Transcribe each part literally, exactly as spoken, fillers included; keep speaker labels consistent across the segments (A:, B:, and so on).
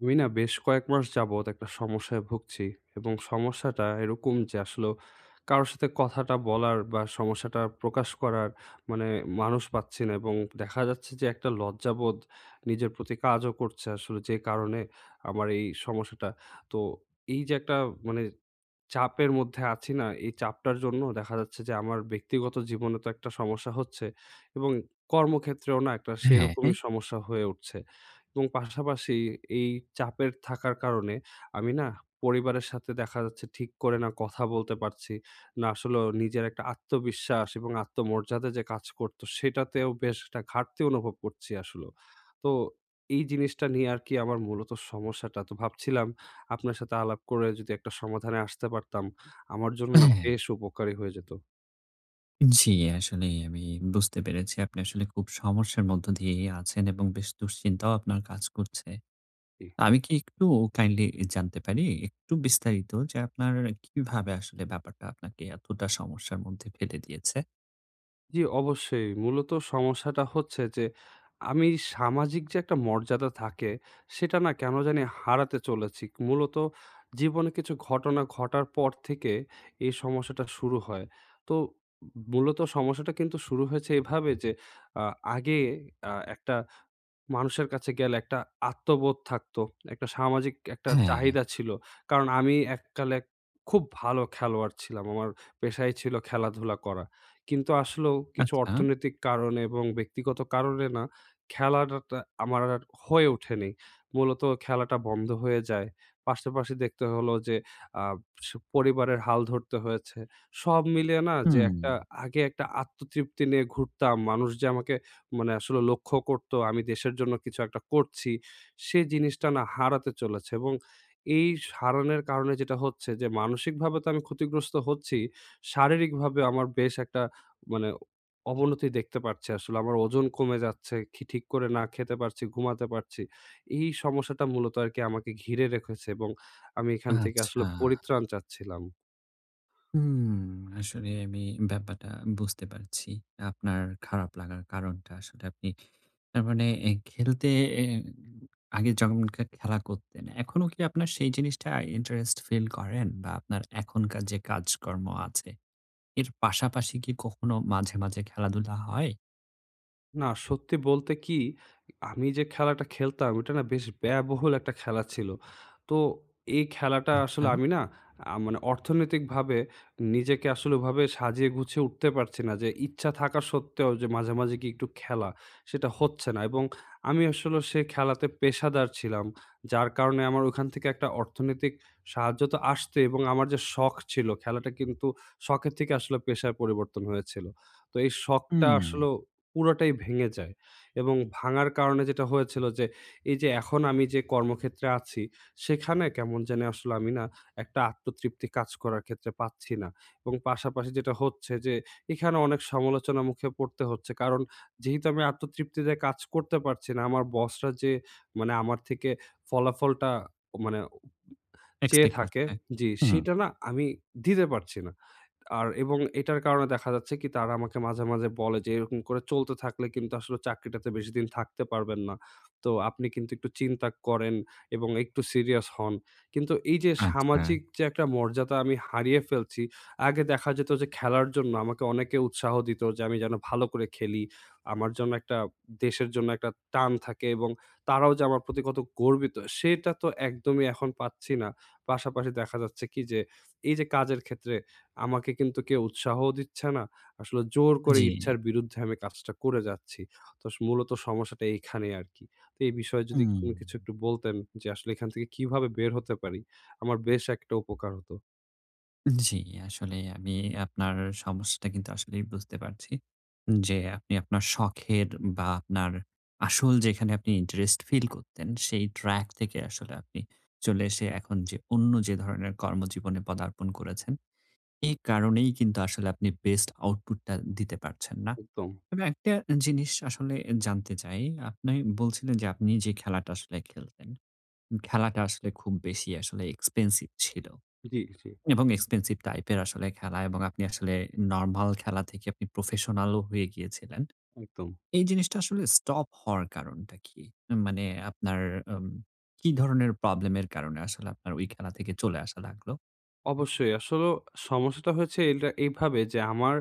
A: আমি না বেশ কয়েক মাস যাবৎ একটা সমস্যায় ভুগছি এবং সমস্যাটা এরকম যে আসলে কারোর সাথে কথাটা বলার বা সমস্যাটা প্রকাশ করার মানে মানুষ পাচ্ছি না এবং দেখা যাচ্ছে যে একটা লজ্জাবোধ নিজের প্রতি কাজও করছে আসলে যে কারণে আমার এই সমস্যাটা তো এই যে একটা মানে চাপের মধ্যে আছি না, এই চাপটার জন্য দেখা যাচ্ছে যে আমার ব্যক্তিগত জীবনে তো একটা সমস্যা হচ্ছে এবং কর্মক্ষেত্রেও না একটা
B: হ্যাঁ,
A: সেরকমই
B: হ্যাঁ।
A: সমস্যা হয়ে উঠছে। এবং পাশাপাশি এই চাপের থাকার কারণে আমি না পরিবারের সাথে দেখা যাচ্ছে ঠিক করে না কথা বলতে পারছি না। আসলেও নিজের একটা আত্মবিশ্বাস এবং আত্মমর্যাদা যে কাজ করত সেটাতেও বেশ একটা ঘাটতি অনুভব করছি আসলেও। তো এই জিনিসটা নিয়ে আর কি আমার মূলত সমস্যাটা। তো ভাবছিলাম আপনার সাথে আলাপ করে যদি একটা সমাধানে আসতে পারতাম, আমার জন্য না
B: হ্যাঁ।
A: বেশ উপকারী হয়ে যেত।
B: জি, আসলেই আমি বুঝতে পেরেছি। আপনি আসলে খুব সমস্যার মধ্য দিয়েই আছেন এবং বেশ দুশ্চিন্তাও আপনার কাজ করছে।
A: জি।
B: আমি কি একটু কাইন্ডলি জানতে পারি একটু বিস্তারিত যে আপনার কিভাবে আসলে ব্যাপারটা আপনাকে এতটা সমস্যার মধ্যে ফেলে দিয়েছে?
A: জি, অবশ্যই। মূলত সমস্যাটা হচ্ছে যে আমি সামাজিক যে একটা মর্যাদা থাকে, সেটা না কেন জানি হারাতে চলেছি। মূলত জীবনে কিছু ঘটনা ঘটার পর থেকে এই সমস্যাটা শুরু হয়। তো মূলত সমস্যাটা কিন্তু শুরু হয়েছে এভাবে যে আ আগে আ একটা মানুষের কাছে গেলে একটা আত্মবোধ থাকতো। একটা সামাজিক একটা
B: হ্যাঁ,
A: চাহিদা ছিল। কারণ আমি এককালে খুব ভালো খেলোয়াড় ছিলাম। আমার পেশাই ছিল খেলাধুলা করা। কিন্তু আসলেও কিছু
B: আচ্ছা।
A: অর্থনৈতিক কারণে এবং ব্যক্তিগত কারণে না খেলাটা আমার আর হয়ে ওঠেনি। মূলত খেলাটা বন্ধ হয়ে যায়। পাশাপাশি দেখতে হলো যে আ স পরিবারের হাল ধরতে হয়েছে। সব মিলিয়ে না যে
B: হুম,
A: একটা আগে একটা আত্মতৃপ্তি নিয়ে ঘুরতাম। মানুষ যে আমাকে মানে আসলে লক্ষ্য করতো আমি দেশের জন্য কিছু একটা করছি, সে জিনিসটা না হারাতে চলেছে এবং এই হারানোর কারণে যেটা হচ্ছে যে মানসিকভাবে তো আমি ক্ষতিগ্রস্ত হচ্ছি, শারীরিকভাবে আমার বেশ একটা মানে অবনতি দেখতে পাচ্ছি আসলে। আমার ওজন কমে যাচ্ছে, খি ঠিক করে না খেতে পারছি, ঘুমাতে পারছি। এই সমস্যাটা মূলত আরকি আমাকে ঘিরে রেখেছে এবং আমি এখান থেকে আসলে
B: আচ্ছা।
A: পরিত্রাণ চাচ্ছিলাম।
B: হুম, আসলে আমি ব্যাপারটা বুঝতে পারছি। আপনার খারাপ লাগার কারণটা আসলে আপনি তার মানে এ খেলতে এ আগে যখন খে খেলা করতেন, এখনো কি আপনার সেই জিনিসটা ইন্টারেস্ট ফিল করেন? বা আপনার এখনকার যে কাজকর্ম আছে, এর পাশাপাশি কি কখনো মাঝে, মাঝে খেলাধুলা হয়?
A: না, সত্যি বলতে কি, আমি যে খেলাটা খেলতাম ওটা না বেশ ব্যয়বহুল একটা খেলা ছিল। তো এই খেলাটা
B: আচ্ছা।
A: আসলে আমি না আ মানে অর্থনৈতিকভাবে নিজেকে আসলে ওভাবে সাজিয়ে গুছিয়ে উঠতে পারছি না যে ইচ্ছা থাকা সত্ত্বেও যে মাঝে, মাঝে গিয়ে একটু খেলা সেটা হচ্ছে না এবং আমি আসলে সেই খেলাতে পেশাদার ছিলাম। যার কারণে আমার ওখান থেকে একটা অর্থনৈতিক সাহায্য তো আসতই এবং আমার যে শখ ছিল খেলাটা কিন্তু শখের থেকে আসলে পেশায় পরিবর্তন হয়েছিল। তো এই শখটা
B: হুম,
A: আসলেও পুরোটাই ভেঙে যায়। এবং ভাঙার কারণে যেটা হয়েছিল যে, এই যে এখন আমি যে কর্মক্ষেত্রে আছি, সেখানে কেমন জানি আসলে আমি না একটা আত্মতৃপ্তি কাজ করার ক্ষেত্রে পাচ্ছি না। এবং পাশাপাশি যেটা হচ্ছে যে, এখানে অনেক সমালোচনার মুখে পড়তে হচ্ছে। কারণ যেহেতু আমি আত্মতৃপ্তিতে কাজ করতে পারছি না, আমার বসরা যে মানে আমার থেকে ফলাফলটা মানে চেয়ে
B: এক্সপেক্ট
A: থাকে
B: করছে।
A: জি,
B: হুম,
A: সেটা না আমি দিতে পারছি না। আর এবং এটার কারণে দেখা যাচ্ছে কি তারা আমাকে মাঝে, মাঝে বলে যে, "এরকম করে চলতে থাকলে কিন্তু আসলে চাকরিটাতে বেশিদিন থাকতে পারবেন না। তো আপনি কিন্তু একটু চিন্তা করেন এবং একটু সিরিয়াস হন।" কিন্তু এই যে
B: আচ্ছা।
A: সামাজিক যে একটা মর্যাদা আমি হারিয়ে ফেলছি, আগে দেখা যেত যে খেলার জন্য আমাকে অনেকে উৎসাহ দিত যে আমি যেন ভালো করে খেলি। আমার জন্য একটা দেশের জন্য একটা টান থাকে এবং তারাও যে আমার প্রতি কত গর্বিত সেটা তো একদমই এখন পাচ্ছি না। পাশাপাশি দেখা যাচ্ছে কি যে, এই যে কাজের ক্ষেত্রে আমাকে কিন্তু কেউ উৎসাহও দিচ্ছে না। আসলে জোর করে
B: জি,
A: ইচ্ছার বিরুদ্ধে আমি কাজটা করে যাচ্ছি। তো স মূলত সমস্যাটা এইখানে আরকি। তো এই বিষয়ে যদি
B: হুম।
A: কোনো কিছু একটু বলতেন যে, আসলে এখান থেকে কিভাবে বের হতে পারি? আমার বেশ একটা উপকার হতো।
B: জি, আসলে আমি আপনার সমস্যাটা কিন্তু আসলেই বুঝতে পারছি। যে আপনি আপনার শখের বা আপনার আসল যেখানে আপনি ইন্টারেস্ট ফিল করতেন, সেই ট্র্যাক থেকে আসলে আপনি চলে এসে এখন যে অন্য যে ধরনের কর্মজীবনে পদার্পণ করেছেন, এই কারণেই কিন্তু আসলে আপনি বেস্ট আউটপুটটা দিতে পারছেন না।
A: একদম।
B: তবে একটা জিনিস আসলে জানতে চাই, আপনি বলছিলেন যে আপনি যে খেলাটা আসলে খেলতেন, খেলাটা আসলে খুব বেশি আসলে এক্সপেন্সিভ ছিল।
A: জি, জি।
B: এবং এক্সপেনসিভ টাইপের আসলে খেলা এবং আপনি আসলে নরমাল খেলা থেকে আপনি প্রফেশনালও হয়ে গিয়েছিলেন।
A: একদম।
B: এই জিনিসটা আসলে স্টপ হওয়ার কারণটা কি? মানে আপনার আম কি ধরনের প্রবলেম এর কারণে আসলে আপনার ওই খেলা থেকে চলে আসা লাগলো?
A: অবশ্যই। আসলেও সমস্যাটা হয়েছে এটা এইভাবে যে, আমার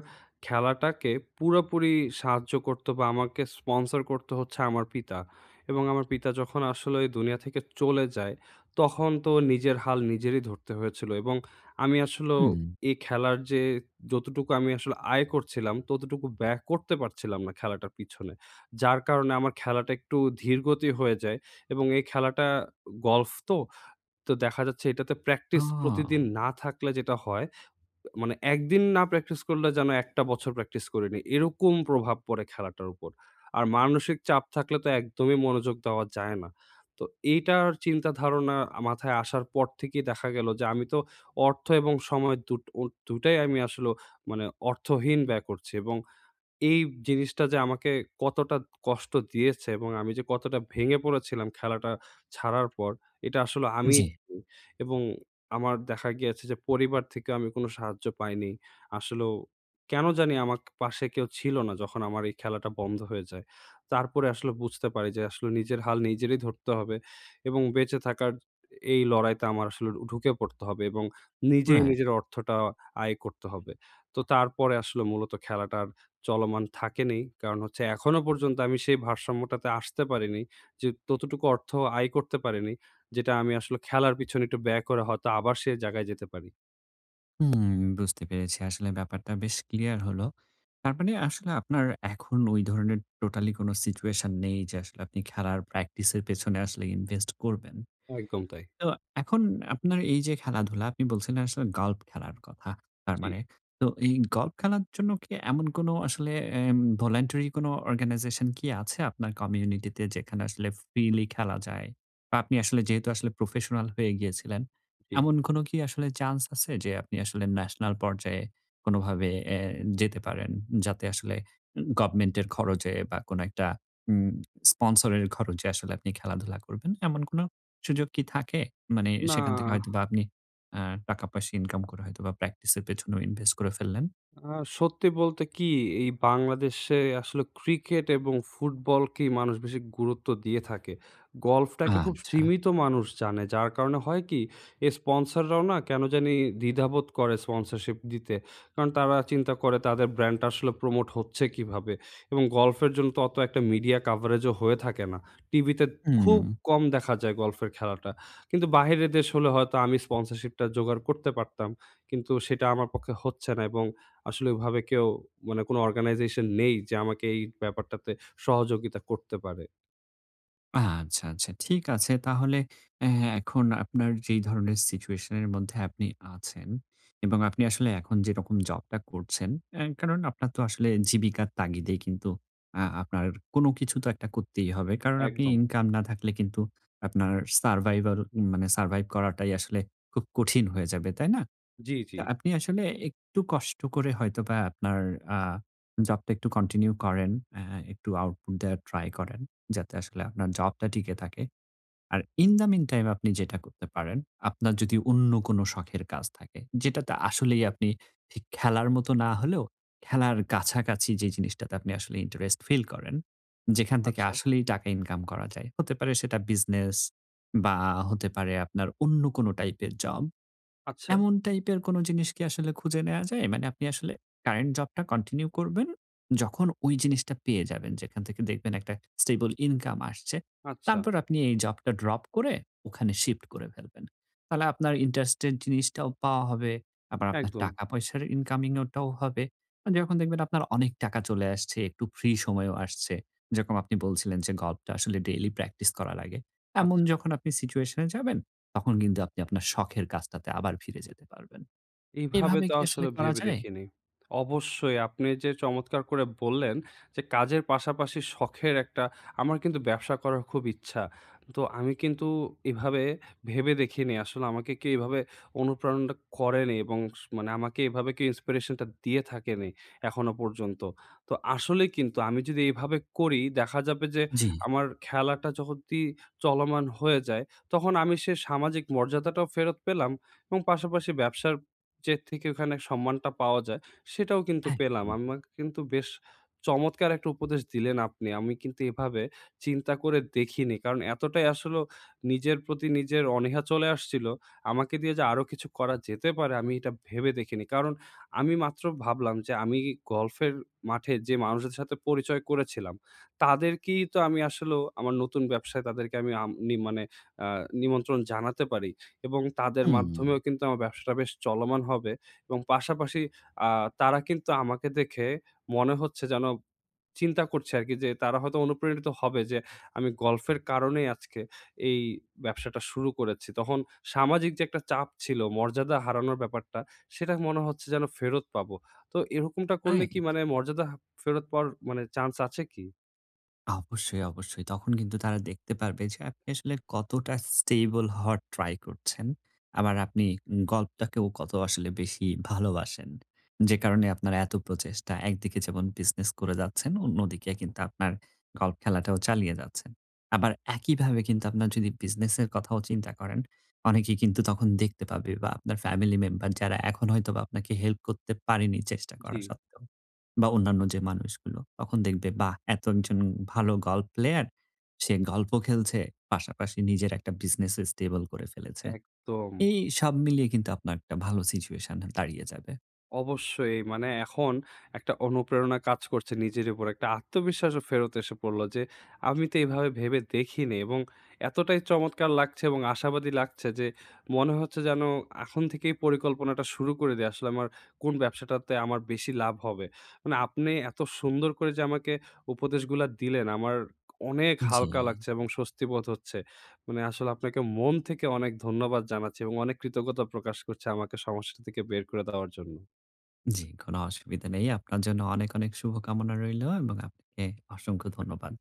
A: খেলাটাকে পুরোপুরি সাহায্য করতো বা আমাকে স্পন্সর করতো হচ্ছে আমার পিতা। এবং আমার পিতা যখন আসলে এই দুনিয়া থেকে চলে যায়, তখন তো নিজের হাল নিজেরই ধরতে হয়েছিল। এবং আমি আসলেও
B: হুম।
A: এই খেলার যে যতটুকু আমি আসলে আয় করছিলাম, ততটুকু ব্যয় করতে পারছিলাম না খেলাটার পিছনে। যার কারণে আমার খেলাটা একটু ধীরগতি হয়ে যায় এবং এই খেলাটা গল্ফ তো তো দেখা যাচ্ছে এটাতে প্র্যাকটিস প্রতিদিন
B: ও!
A: না থাকলে যেটা হয়, মানে একদিন না প্র্যাকটিস করলে যেন একটা বছর প্র্যাকটিস করিনি। এরকম প্রভাব পড়ে খেলাটার উপর। আর মানসিক চাপ থাকলে তো একদমই মনোযোগ দেওয়া যায় না। তো এইটার চিন্তা ধারণা মাথায় আসার পর থেকেই দেখা গেল যে আমি তো অর্থ এবং সময় দুট ও দুটো টাই আমি আসলে মানে অর্থহীন ব্যয় করছি এবং এই জিনিসটা যে আমাকে কতটা কষ্ট দিয়েছে এবং আমি যে কতটা ভেঙে পড়েছিলাম খেলাটা ছাড়ার পর, এটা আসলে আমিই
B: জি,
A: জানি। এবং আমার দেখা গিয়েছে যে পরিবার থেকেও আমি কোনো সাহায্য পাইনি। আসলেও কেন জানি আমার পাশে কেউ ছিল না যখন আমার এই খেলাটা বন্ধ হয়ে যায়। তারপরে আসলে বুঝতে পারি যে আসলে নিজের হাল নিজেরই ধরতে হবে এবং বেঁচে থাকার এই লড়াইতে আমার আসলে ঢুকে পড়তে হবে এবং নিজেই
B: রাইট।
A: নিজের অর্থটা আয় করতে হবে। তো তারপরে আসলে মূলত খেলাটা আর চলমান থাকেনি। কারণ হচ্ছে এখনো পর্যন্ত আমি সেই ভারসাম্যটাতে আসতে পারিনি। যে ততটুকু অর্থ আয় করতে পারিনি, যেটা আমি আসলে খেলার পিছনে একটু ব্যয় করে হয়তো আবার সেই জায়গায় যেতে পারি।
B: হুম, বুঝতে পেরেছি। আসলে ব্যাপারটা বেশ ক্লিয়ার হলো। তার মানে আসলে আপনার এখন ওই ধরনের টোটালি কোনো সিচুয়েশন নেই যে আসলে আপনি খেলার প্র্যাকটিসের পেছনে আসলে ইনভেস্ট করবেন।
A: একদম তাই।
B: তো এখন আপনার এই যে খেলাধুলা আপনি বলছিলেন আসলে গল্ফ খেলার কথা। তার
A: জি,
B: মানে তো এই গল্ফ খেলার জন্য কি এমন কোনো আসলে এম ভলান্টারি কোনো অর্গানাইজেশন কি আছে আপনার কমিউনিটিতে যেখানে আসলে ফ্রিলি খেলা যায়? বা আপনি আসলে যেহেতু আসলে প্রফেশনাল হয়ে গিয়েছিলেন,
A: জি।
B: এমন কোনো কি আসলে চান্স আছে যে আপনি আসলে ন্যাশনাল পর্যায়ে কোনোভাবে এ যেতে পারেন? যাতে আসলে উম গভর্নমেন্টের খরচে বা কোনো একটা উম স্পন্সরের খরচে আসলে আপনি খেলাধুলা করবেন, এমন কোনো সুযোগ কি থাকে? মানে
A: না
B: সেখান থেকে হয়তোবা আপনি আ টাকা-পয়সা ইনকাম করে হয়তোবা প্র্যাকটিস এর পেছনেও ইনভেস্ট করে ফেললেন।
A: আ সত্যি বলতে কি এই বাংলাদেশে আসলে ক্রিকেট এবং ফুটবলকেই মানুষ বেশি গুরুত্ব দিয়ে থাকে। গল্ফটাকে খুব
B: আচ্ছা।
A: সীমিত মানুষ জানে। যার কারণে হয় কি এই স্পন্সররাও না কেন জানি দ্বিধাবোধ করে স্পন্সরশিপ দিতে। কারণ তারা চিন্তা করে তাদের ব্র্যান্ডটা আসলে প্রমোট হচ্ছে কিভাবে? এবং গল্ফের জন্য তো অত একটা মিডিয়া কাভারেজও হয়ে থাকে না। টিভিতে
B: হুম।
A: খুব কম দেখা যায় গল্ফের খেলাটা। কিন্তু বাহিরের দেশ হলে হয়তো আমি স্পন্সরশিপটা জোগাড় করতে পারতাম। কিন্তু সেটা আমার পক্ষে হচ্ছে না এবং আসলে ওইভাবে কেউ মানে কোনো অর্গানাইজেশন নেই যে আমাকে এই ব্যাপারটাতে সহযোগিতা করতে পারে।
B: আচ্ছা, আচ্ছা। ঠিক আছে। তাহলে অ্যা এখন আপনার যেই ধরনের সিচুয়েশন এর মধ্যে আপনি আছেন এবং আপনি আসলে এখন যেরকম জবটা করছেন, অ্যা কারণ আপনার তো আসলে জীবিকার তাগিদেই কিন্তু আ আপনার কোনো কিছু তো একটা করতেই হবে। কারণ আপনি
A: একদম।
B: ইনকাম না থাকলে কিন্তু আপনার সারভাইভাল মানে সারভাইভ করাটাই আসলে খুব কঠিন হয়ে যাবে, তাই না?
A: জি, জি।
B: তো আপনি আসলে একটু কষ্ট করে হয়তোবা আপনার আ জবটা একটু কন্টিনিউ করেন। আ একটু আউটপুট দেওয়ার ট্রাই করেন। যাতে আসলে আপনার জবটা টিকে থাকে। আর ইন দ্যা মিন টাইম আপনি যেটা করতে পারেন, আপনার যদি অন্য কোনো শখের কাজ থাকে, যেটাতে আসলেই আপনি ঠিক খেলার মতো না হলেও খেলার কাছাকাছি যে জিনিসটাতে আপনি আসলে ইন্টারেস্ট ফিল করেন, যেখান থেকে
A: আচ্ছা,
B: আসলেই টাকা ইনকাম করা যায়। হতে পারে সেটা বিজনেস বা হতে পারে আপনার অন্য কোনো টাইপের জব।
A: আচ্ছা,
B: এমন টাইপের কোনো জিনিস কি আসলে খুঁজে নেয়া যায়? মানে আপনি আসলে কারেন্ট জবটা কন্টিনিউ করবেন। যখন ওই জিনিসটা পেয়ে যাবেন, যেখান থেকে দেখবেন একটা স্টেবল ইনকাম আসছে।
A: আচ্ছা।
B: তারপর আপনি এই জবটা ড্রপ করে ওখানে শিফট করে ফেলবেন। তাহলে আপনার ইন্টারেস্টের জিনিসটাও পাওয়া হবে। আবার আপনার
A: একদম।
B: টাকা-পয়সার ইনকামিং ওটাও হবে। আর যখন দেখবেন আপনার অনেক টাকা চলে আসছে, একটু ফ্রি সময়ও আসছে। যেরকম আপনি বলছিলেন যে গল্পটা আসলে ডেইলি প্র্যাকটিস করা লাগে। এমন
A: আচ্ছা।
B: যখন আপনি সিচুয়েশন এ যাবেন তখন কিন্তু আপনি আপনার শখের কাজটাতে আবার ফিরে যেতে পারবেন।
A: এইভাবে
B: এভাবে
A: তো
B: কি আসলে
A: আসলে
B: করা
A: ভেবে
B: যায়?
A: দেখিনি। অবশ্যই আপনি যে চমৎকার করে বললেন যে কাজের পাশাপাশি শখের একটা আমার কিন্তু ব্যবসা করার খুব ইচ্ছা। তো আমি কিন্তু এভাবে ভেবে দেখিনি। আসলে আমাকে কেউ এভাবে অনুপ্রেরণা করেনি এবং স মানে আমাকে এভাবে কেউ ইন্সপিরেশন টা দিয়ে থাকেনি এখনো পর্যন্ত। তো আসলে কিন্তু আমি যদি এভাবে করি দেখা যাবে যে
B: জি।
A: আমার খেলাটা যদি চলমান হয়ে যায় তখন আমি সে সামাজিক মর্যাদাটাও ফেরত পেলাম এবং পাশাপাশি ব্যবসার যে থেকে ওখানে সম্মানটা পাওয়া যায়, সেটাও কিন্তু পেলাম।
B: একদম।
A: আমাকে কিন্তু বেশ চমৎকার একটা উপদেশ দিলেন আপনি। আমি কিন্তু এভাবে চিন্তা করে দেখিনি। কারণ এতটাই আসলেও নিজের প্রতি নিজের অনীহা চলে আসছিল। আমাকে দিয়ে যে আরো কিছু করা যেতে পারে আমি এটা ভেবে দেখিনি। কারণ আমি মাত্র ভাবলাম যে আমি গল্ফের মাঠে যে মানুষদের সাথে পরিচয় করেছিলাম, তাদেরকেই তো আমি আসলেও আমার নতুন ব্যবসায় তাদেরকে আমি আম নি মানে আ নিমন্ত্রণ জানাতে পারি। এবং তাদের
B: হুম,
A: মাধ্যমেও কিন্তু আমার ব্যবসাটা বেশ চলমান হবে এবং পাশাপাশি আ তারা কিন্তু আমাকে দেখে মনে হচ্ছে যেন চিন্তা করছে আরকি যে তারা হয়তো অনুপ্রেরিত হবে যে আমি গল্ফের কারণেই আজকে এই ব্যবসাটা শুরু করেছি। তখন সামাজিক যে একটা চাপ ছিল, মর্যাদা হারানোর ব্যাপারটা, সেটা মনে হচ্ছে যেন ফেরত পাবো। তো এরকমটা করলে কি
B: রাইট।
A: মানে মর্যাদা ফেরত পাওয়ার মানে চান্স আছে কি?
B: অবশ্যই, অবশ্যই। তখন কিন্তু তারা দেখতে পারবে যে আপনি আসলে কতটা স্টেবল হওয়ার ট্রাই করছেন। আবার আপনি গল্পটাকেও কত আসলে বেশি ভালোবাসেন। যে কারণে আপনার এত প্রচেষ্টা। একদিকে যেমন বিজনেস করে যাচ্ছেন, অন্যদিকে কিন্তু আপনার গল্প খেলাটাও চালিয়ে যাচ্ছেন। আবার একইভাবে কিন্তু আপনার যদি বিজনেসের কথাও চিন্তা করেন, অনেকেই কিন্তু তখন দেখতে পাবে বা আপনার ফ্যামিলি মেম্বার যারা এখন হয়তোবা আপনাকে হেল্প করতে পারেনি চেষ্টা
A: জি,
B: করা সত্ত্বেও। বা অন্যান্য যে মানুষগুলো। তখন দেখবে বাহ! এত একজন ভালো গল্ফ প্লেয়ার। সে গল্ফ খেলছে, পাশাপাশি নিজের একটা বিজনেস স্টেবল করে ফেলেছে।
A: একদম।
B: এই সব মিলিয়ে কিন্তু আপনার একটা ভালো সিচুয়েশন দাঁড়িয়ে যাবে।
A: অবশ্যই। মানে এখন একটা অনুপ্রেরণা কাজ করছে নিজের উপর। একটা আত্মবিশ্বাসও ফেরত এসে পড়ল যে, আমি তো এভাবে ভেবে দেখিনি এবং এতটাই চমৎকার লাগছে এবং আশাবাদী লাগছে যে, মনে হচ্ছে যেন এখন থেকেই পরিকল্পনাটা শুরু করে দেই। আসলে আমার কোন ব্যবসাটাতে আমার বেশি লাভ হবে। মানে আপনি এত সুন্দর করে যে আমাকে উপদেশগুলা দিলেন, আমার অনেক
B: জি,
A: হালকা লাগছে এবং স্বস্তি বোধ হচ্ছে। মানে আসলে আপনাকে মন থেকে অনেক ধন্যবাদ জানাচ্ছি এবং অনেক কৃতজ্ঞতা প্রকাশ করছি আমাকে সমস্যা থেকে বের করে দেওয়ার জন্য।
B: জি, কোনো অসুবিধা নেই। আপনার জন্য অনেক, অনেক শুভকামনা রইলো এবং আপনাকে অসংখ্য ধন্যবাদ।